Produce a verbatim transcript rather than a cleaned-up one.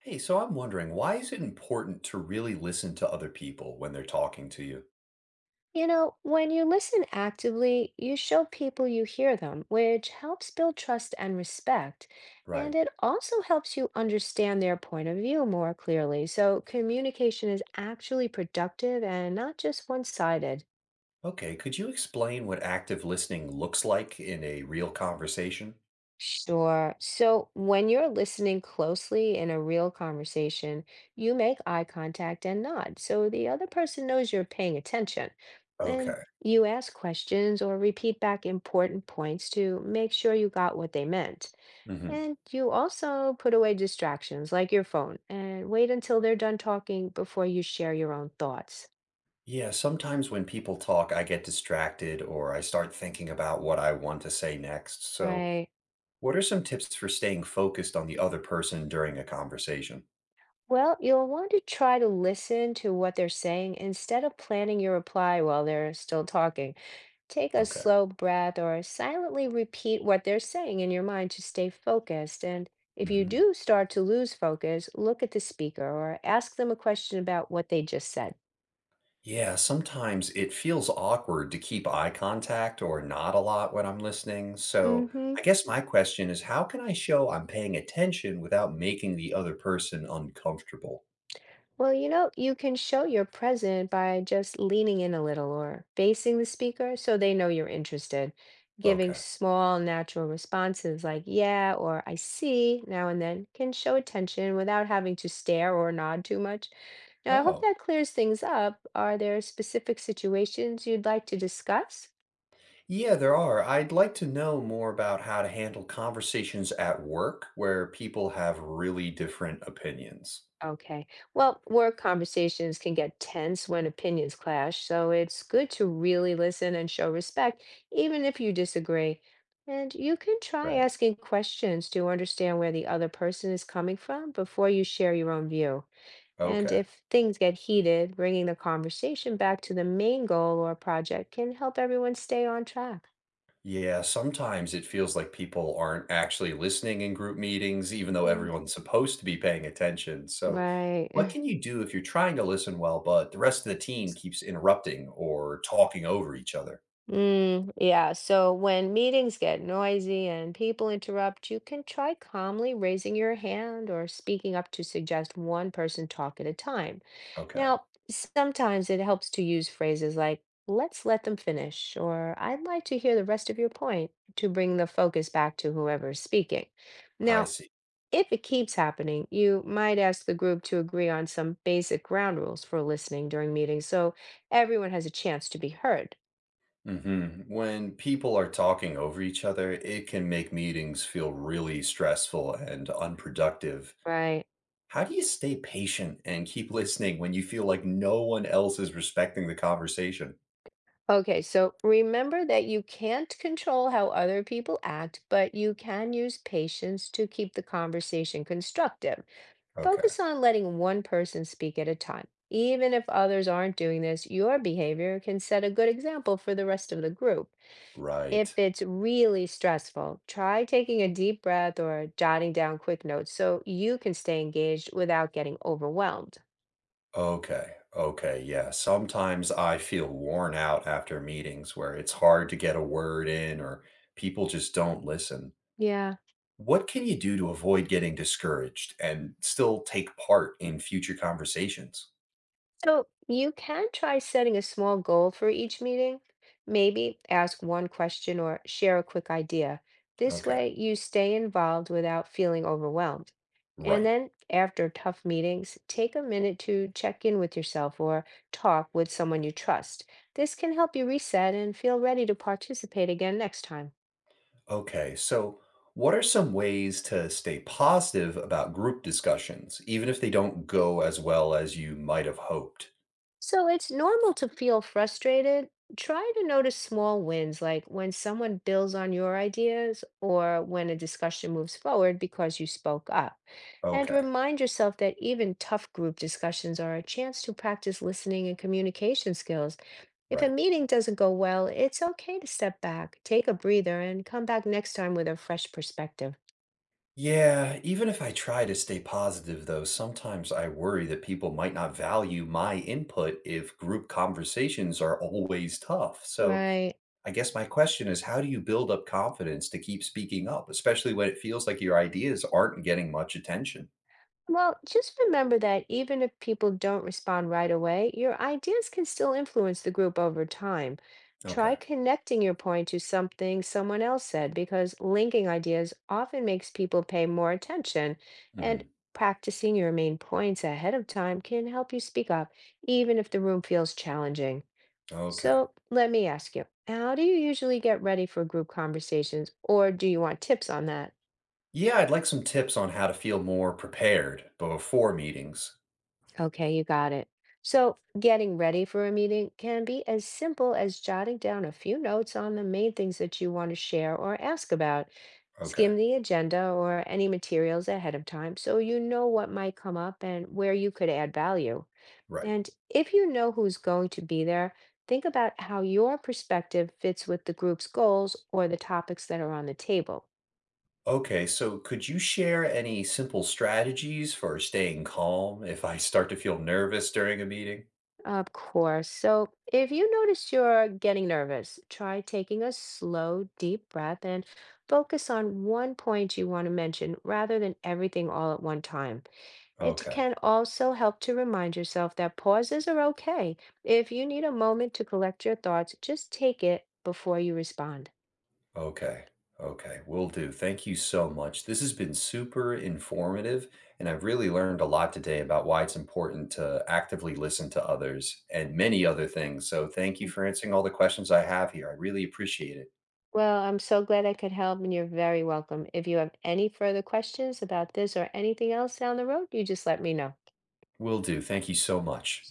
Hey, so I'm wondering, why is it important to really listen to other people when they're talking to you? You know, when you listen actively, you show people you hear them, which helps build trust and respect. Right. And it also helps you understand their point of view more clearly. So communication is actually productive and not just one-sided. Okay. Could you explain what active listening looks like in a real conversation? Sure. So when you're listening closely in a real conversation, you make eye contact and nod. So the other person knows you're paying attention. And Okay. you ask questions or repeat back important points to make sure you got what they meant. Hmm. And you also put away distractions like your phone and wait until they're done talking before you share your own thoughts. Yeah, sometimes when people talk, I get distracted or I start thinking about what I want to say next. So, Right. what are some tips for staying focused on the other person during a conversation? Well, you'll want to try to listen to what they're saying instead of planning your reply while they're still talking. Take a Okay. slow breath or silently repeat what they're saying in your mind to stay focused. And if you Mhm. do start to lose focus, look at the speaker or ask them a question about what they just said. Yeah, sometimes it feels awkward to keep eye contact or nod a lot when I'm listening. So Hmm. I guess my question is, how can I show I'm paying attention without making the other person uncomfortable? Well, you know, you can show you're present by just leaning in a little or facing the speaker so they know you're interested. Giving Okay. small, natural responses like, yeah, or I see, now and then can show attention without having to stare or nod too much. Now, I hope Oh, that clears things up. Are there specific situations you'd like to discuss? yeah, there are. I'd like to know more about how to handle conversations at work where people have really different opinions. Okay. Well, work conversations can get tense when opinions clash, so it's good to really listen and show respect, even if you disagree. And you can try Right. asking questions to understand where the other person is coming from before you share your own view. And Okay. if things get heated, bringing the conversation back to the main goal or project can help everyone stay on track. Yeah, sometimes it feels like people aren't actually listening in group meetings, even though, mhm, Yeah. everyone's supposed to be paying attention. So, what Right. can you do if you're trying to listen well, but the rest of the team keeps interrupting or talking over each other? Mm, yeah. So when meetings get noisy and people interrupt, you can try calmly raising your hand or speaking up to suggest one person talk at a time. Okay, Now, sometimes it helps to use phrases like, let's let them finish, or I'd like to hear the rest of your point to bring the focus back to whoever's speaking. I Now, see. if it keeps happening, you might ask the group to agree on some basic ground rules for listening during meetings so everyone has a chance to be heard, Hmm. When people are talking over each other, it can make meetings feel really stressful and unproductive. right? How do you stay patient and keep listening when you feel like no one else is respecting the conversation? Okay, so remember that you can't control how other people act, but you can use patience to keep the conversation constructive. Okay, Focus on letting one person speak at a time. Even if others aren't doing this, your behavior can set a good example for the rest of the group. If right. it's really stressful, try taking a deep breath or jotting down quick notes so you can stay engaged without getting overwhelmed. Okay. Okay. Yeah. Sometimes I feel worn out after meetings where it's hard to get a word in or people just don't listen. Yeah. What can you do to avoid getting discouraged and still take part in future conversations? So you can try setting a small goal for each meeting. Maybe ask one question or share a quick idea. This Okay. way, you stay involved without feeling overwhelmed. And Right. then, after tough meetings, take a minute to check in with yourself or talk with someone you trust. This can help you reset and feel ready to participate again next time. Okay. So, what are some ways to stay positive about group discussions, even if they don't go as well as you might have hoped? So it's normal to feel frustrated. Try to notice small wins, like when someone builds on your ideas or when a discussion moves forward because you spoke up. And Okay. remind yourself that even tough group discussions are a chance to practice listening and communication skills. If a Right. meeting doesn't go well, it's okay to step back, take a breather, and come back next time with a fresh perspective. Yeah, even if I try to stay positive, though, sometimes I worry that people might not value my input if group conversations are always tough. So Right. I guess my question is, how do you build up confidence to keep speaking up, especially when it feels like your ideas aren't getting much attention? Well, just remember that even if people don't respond right away, your ideas can still influence the group over time. Try Okay. connecting your point to something someone else said because linking ideas often makes people pay more attention. And Hmm. practicing your main points ahead of time can help you speak up, even if the room feels challenging. Okay. So let me ask you, how do you usually get ready for group conversations, or do you want tips on that? Yeah, I'd like some tips on how to feel more prepared before meetings. Okay, you got it. So, getting ready for a meeting can be as simple as jotting down a few notes on the main things that you want to share or ask about. Okay. Skim the agenda or any materials ahead of time so you know what might come up and where you could add value. Right. And if you know who's going to be there, think about how your perspective fits with the group's goals or the topics that are on the table. Okay, so could you share any simple strategies for staying calm if I start to feel nervous during a meeting? Of course. So if you notice you're getting nervous, try taking a slow, deep breath and focus on one point you want to mention rather than everything all at one time. It Okay, can also help to remind yourself that pauses are okay. If you need a moment to collect your thoughts, just take it before you respond. okay, okay, will do. Thank you so much. This has been super informative, and I've really learned a lot today about why it's important to actively listen to others and many other things. So thank you for answering all the questions I have here. I really appreciate it. Well, I'm so glad I could help, and you're very welcome. If you have any further questions about this or anything else down the road, you just let me know. Will do. Thank you so much.